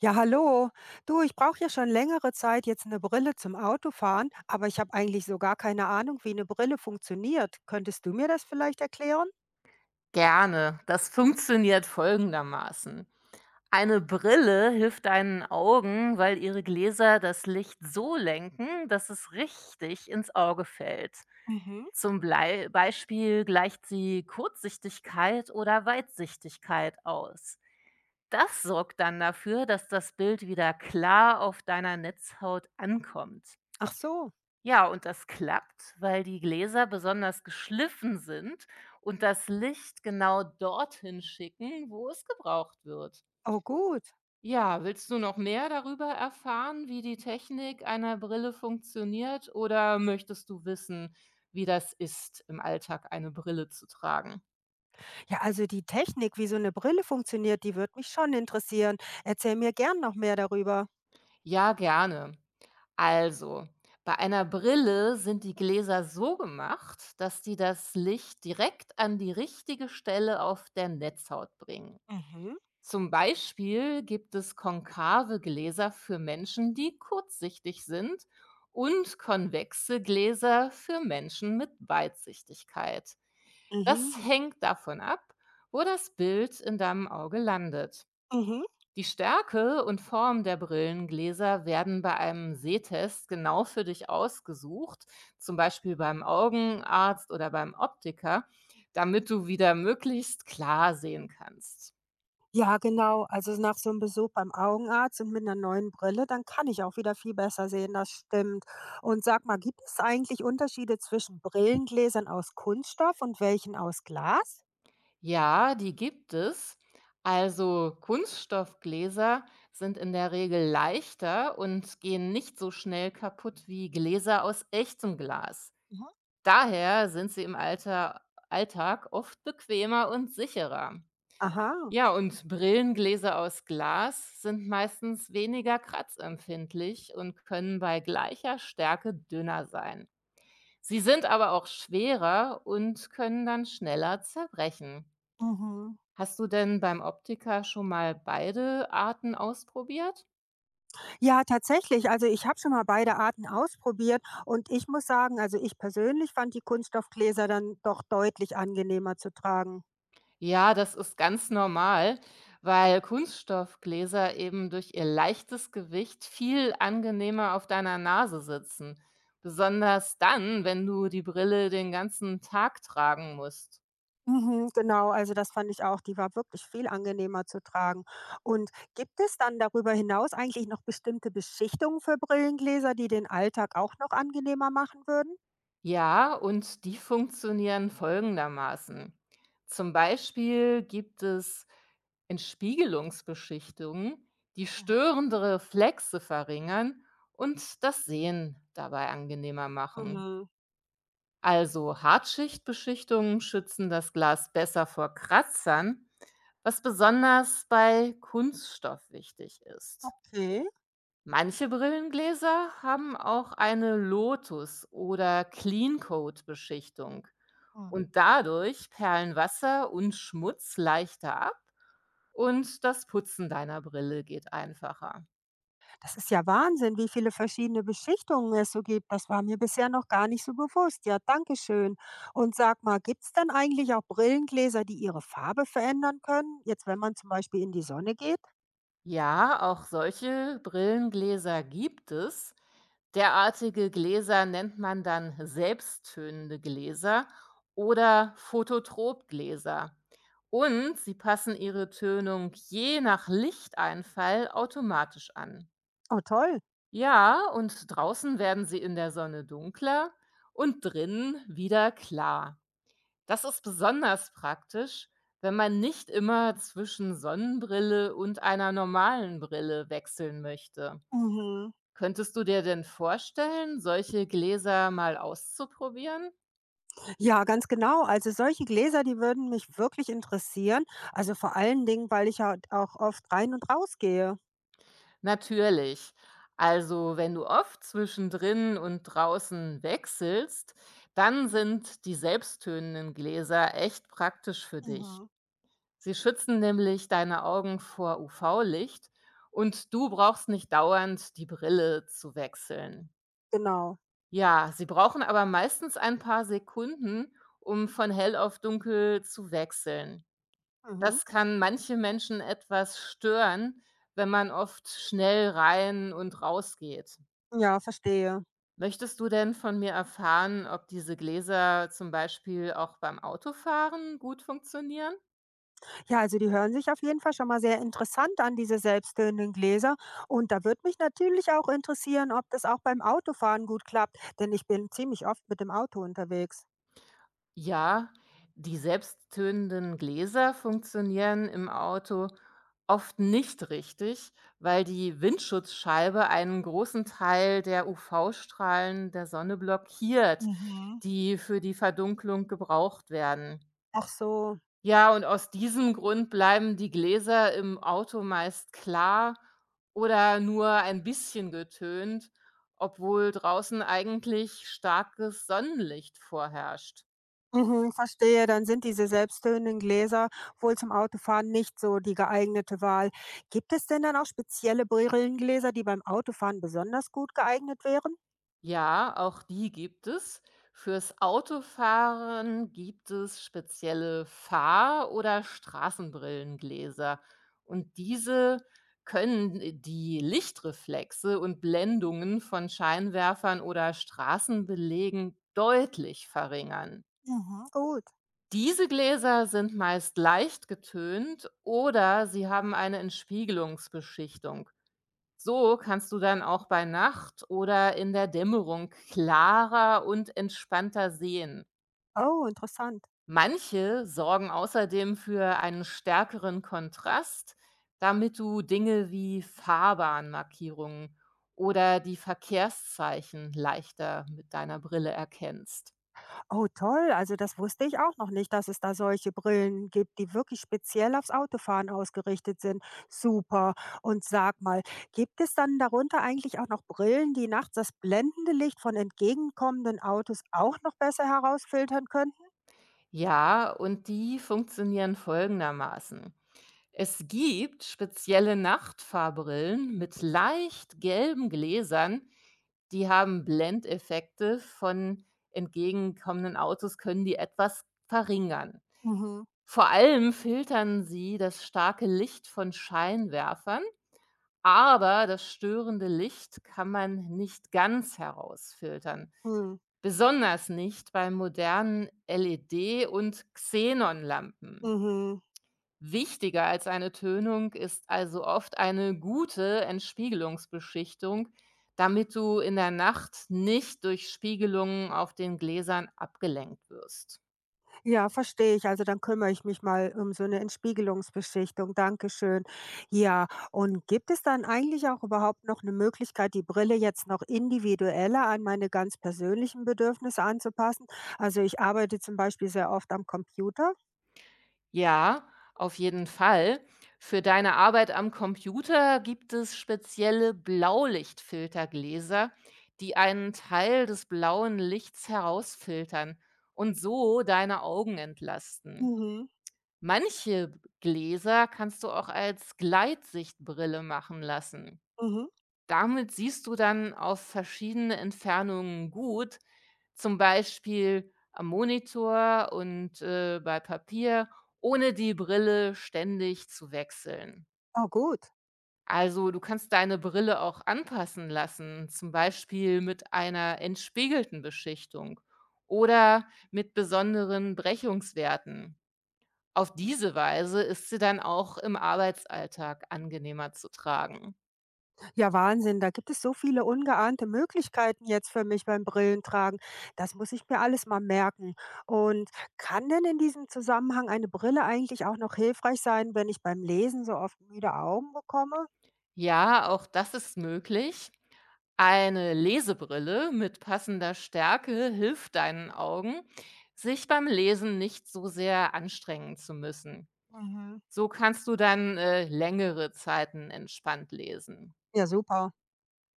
Ja, hallo. Du, ich brauche ja schon längere Zeit jetzt eine Brille zum Autofahren, aber ich habe eigentlich so gar keine Ahnung, wie eine Brille funktioniert. Könntest du mir das vielleicht erklären? Gerne. Das funktioniert folgendermaßen. Eine Brille hilft deinen Augen, weil ihre Gläser das Licht so lenken, dass es richtig ins Auge fällt. Mhm. Zum Blei Beispiel gleicht sie Kurzsichtigkeit oder Weitsichtigkeit aus. Das sorgt dann dafür, dass das Bild wieder klar auf deiner Netzhaut ankommt. Ach so. Ja, und das klappt, weil die Gläser besonders geschliffen sind und das Licht genau dorthin schicken, wo es gebraucht wird. Oh gut. Ja, willst du noch mehr darüber erfahren, wie die Technik einer Brille funktioniert, oder möchtest du wissen, wie das ist, im Alltag eine Brille zu tragen? Ja, also die Technik, wie so eine Brille funktioniert, die wird mich schon interessieren. Erzähl mir gern noch mehr darüber. Ja, gerne. Also, bei einer Brille sind die Gläser so gemacht, dass die das Licht direkt an die richtige Stelle auf der Netzhaut bringen. Mhm. Zum Beispiel gibt es konkave Gläser für Menschen, die kurzsichtig sind und konvexe Gläser für Menschen mit Weitsichtigkeit. Das Mhm. hängt davon ab, wo das Bild in deinem Auge landet. Mhm. Die Stärke und Form der Brillengläser werden bei einem Sehtest genau für dich ausgesucht, zum Beispiel beim Augenarzt oder beim Optiker, damit du wieder möglichst klar sehen kannst. Ja, genau. Also nach so einem Besuch beim Augenarzt und mit einer neuen Brille, dann kann ich auch wieder viel besser sehen, das stimmt. Und sag mal, gibt es eigentlich Unterschiede zwischen Brillengläsern aus Kunststoff und welchen aus Glas? Ja, die gibt es. Also Kunststoffgläser sind in der Regel leichter und gehen nicht so schnell kaputt wie Gläser aus echtem Glas. Mhm. Daher sind sie im Alter, Alltag oft bequemer und sicherer. Aha. Ja, und Brillengläser aus Glas sind meistens weniger kratzempfindlich und können bei gleicher Stärke dünner sein. Sie sind aber auch schwerer und können dann schneller zerbrechen. Mhm. Hast du denn beim Optiker schon mal beide Arten ausprobiert? Ja, tatsächlich. Also ich habe schon mal beide Arten ausprobiert und ich muss sagen, also ich persönlich fand die Kunststoffgläser dann doch deutlich angenehmer zu tragen. Ja, das ist ganz normal, weil Kunststoffgläser eben durch ihr leichtes Gewicht viel angenehmer auf deiner Nase sitzen. Besonders dann, wenn du die Brille den ganzen Tag tragen musst. Mhm, genau, also das fand ich auch. Die war wirklich viel angenehmer zu tragen. Und gibt es dann darüber hinaus eigentlich noch bestimmte Beschichtungen für Brillengläser, die den Alltag auch noch angenehmer machen würden? Ja, und die funktionieren folgendermaßen. Zum Beispiel gibt es Entspiegelungsbeschichtungen, die Mhm. störende Reflexe verringern und das Sehen dabei angenehmer machen. Mhm. Also Hartschichtbeschichtungen schützen das Glas besser vor Kratzern, was besonders bei Kunststoff wichtig ist. Okay. Manche Brillengläser haben auch eine Lotus- oder Clean-Coat-Beschichtung Mhm. und dadurch perlen Wasser und Schmutz leichter ab und das Putzen deiner Brille geht einfacher. Das ist ja Wahnsinn, wie viele verschiedene Beschichtungen es so gibt. Das war mir bisher noch gar nicht so bewusst. Ja, danke schön. Und sag mal, gibt es denn eigentlich auch Brillengläser, die ihre Farbe verändern können? Jetzt, wenn man zum Beispiel in die Sonne geht? Ja, auch solche Brillengläser gibt es. Derartige Gläser nennt man dann selbsttönende Gläser oder Phototropgläser. Und sie passen ihre Tönung je nach Lichteinfall automatisch an. Oh, toll. Ja, und draußen werden sie in der Sonne dunkler und drinnen wieder klar. Das ist besonders praktisch, wenn man nicht immer zwischen Sonnenbrille und einer normalen Brille wechseln möchte. Mhm. Könntest du dir denn vorstellen, solche Gläser mal auszuprobieren? Ja, ganz genau. Also solche Gläser, die würden mich wirklich interessieren. Also vor allen Dingen, weil ich ja auch oft rein und raus gehe. Natürlich. Also, wenn du oft zwischendrin und draußen wechselst, dann sind die selbsttönenden Gläser echt praktisch für dich. Mhm. Sie schützen nämlich deine Augen vor UV-Licht und du brauchst nicht dauernd die Brille zu wechseln. Genau. Ja, sie brauchen aber meistens ein paar Sekunden, um von hell auf dunkel zu wechseln. Mhm. Das kann manche Menschen etwas stören, wenn man oft schnell rein und raus geht. Ja, verstehe. Möchtest du denn von mir erfahren, ob diese Gläser zum Beispiel auch beim Autofahren gut funktionieren? Ja, also die hören sich auf jeden Fall schon mal sehr interessant an, diese selbsttönenden Gläser. Und da würde mich natürlich auch interessieren, ob das auch beim Autofahren gut klappt, denn ich bin ziemlich oft mit dem Auto unterwegs. Ja, die selbsttönenden Gläser funktionieren im Auto oft nicht richtig, weil die Windschutzscheibe einen großen Teil der UV-Strahlen der Sonne blockiert, Mhm. die für die Verdunklung gebraucht werden. Ach so. Ja, und aus diesem Grund bleiben die Gläser im Auto meist klar oder nur ein bisschen getönt, obwohl draußen eigentlich starkes Sonnenlicht vorherrscht. Mhm, verstehe. Dann sind diese selbsttönenden Gläser wohl zum Autofahren nicht so die geeignete Wahl. Gibt es denn dann auch spezielle Brillengläser, die beim Autofahren besonders gut geeignet wären? Ja, auch die gibt es. Fürs Autofahren gibt es spezielle Fahr- oder Straßenbrillengläser. Und diese können die Lichtreflexe und Blendungen von Scheinwerfern oder Straßenbelägen deutlich verringern. Mhm, gut. Diese Gläser sind meist leicht getönt oder sie haben eine Entspiegelungsbeschichtung. So kannst du dann auch bei Nacht oder in der Dämmerung klarer und entspannter sehen. Oh, interessant. Manche sorgen außerdem für einen stärkeren Kontrast, damit du Dinge wie Fahrbahnmarkierungen oder die Verkehrszeichen leichter mit deiner Brille erkennst. Oh, toll. Also das wusste ich auch noch nicht, dass es da solche Brillen gibt, die wirklich speziell aufs Autofahren ausgerichtet sind. Super. Und sag mal, gibt es dann darunter eigentlich auch noch Brillen, die nachts das blendende Licht von entgegenkommenden Autos auch noch besser herausfiltern könnten? Ja, und die funktionieren folgendermaßen. Es gibt spezielle Nachtfahrbrillen mit leicht gelben Gläsern, die haben Blendeffekte von entgegenkommenden Autos, können die etwas verringern. Mhm. Vor allem filtern sie das starke Licht von Scheinwerfern, aber das störende Licht kann man nicht ganz herausfiltern. Mhm. Besonders nicht bei modernen LED- und Xenonlampen. Mhm. Wichtiger als eine Tönung ist also oft eine gute Entspiegelungsbeschichtung, damit du in der Nacht nicht durch Spiegelungen auf den Gläsern abgelenkt wirst. Ja, verstehe ich. Also dann kümmere ich mich mal um so eine Entspiegelungsbeschichtung. Dankeschön. Ja, und gibt es dann eigentlich auch überhaupt noch eine Möglichkeit, die Brille jetzt noch individueller an meine ganz persönlichen Bedürfnisse anzupassen? Also, ich arbeite zum Beispiel sehr oft am Computer. Ja, auf jeden Fall. Für deine Arbeit am Computer gibt es spezielle Blaulichtfiltergläser, die einen Teil des blauen Lichts herausfiltern und so deine Augen entlasten. Mhm. Manche Gläser kannst du auch als Gleitsichtbrille machen lassen. Mhm. Damit siehst du dann auf verschiedene Entfernungen gut, zum Beispiel am Monitor und, bei Papier, ohne die Brille ständig zu wechseln. Oh gut. Also, du kannst deine Brille auch anpassen lassen, zum Beispiel mit einer entspiegelten Beschichtung oder mit besonderen Brechungswerten. Auf diese Weise ist sie dann auch im Arbeitsalltag angenehmer zu tragen. Ja, Wahnsinn, da gibt es so viele ungeahnte Möglichkeiten jetzt für mich beim Brillentragen. Das muss ich mir alles mal merken. Und kann denn in diesem Zusammenhang eine Brille eigentlich auch noch hilfreich sein, wenn ich beim Lesen so oft müde Augen bekomme? Ja, auch das ist möglich. Eine Lesebrille mit passender Stärke hilft deinen Augen, sich beim Lesen nicht so sehr anstrengen zu müssen. Mhm. So kannst du dann längere Zeiten entspannt lesen. Ja, super.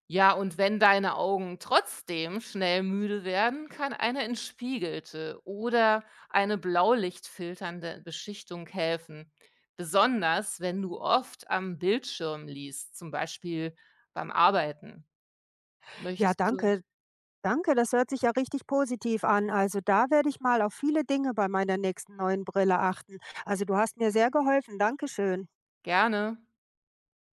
Ja, und wenn deine Augen trotzdem schnell müde werden, kann eine entspiegelte oder eine blaulichtfilternde Beschichtung helfen. Besonders wenn du oft am Bildschirm liest, zum Beispiel beim Arbeiten. Ja, Möchtest du danke. Danke, das hört sich ja richtig positiv an. Also da werde ich mal auf viele Dinge bei meiner nächsten neuen Brille achten. Also du hast mir sehr geholfen. Dankeschön. gerne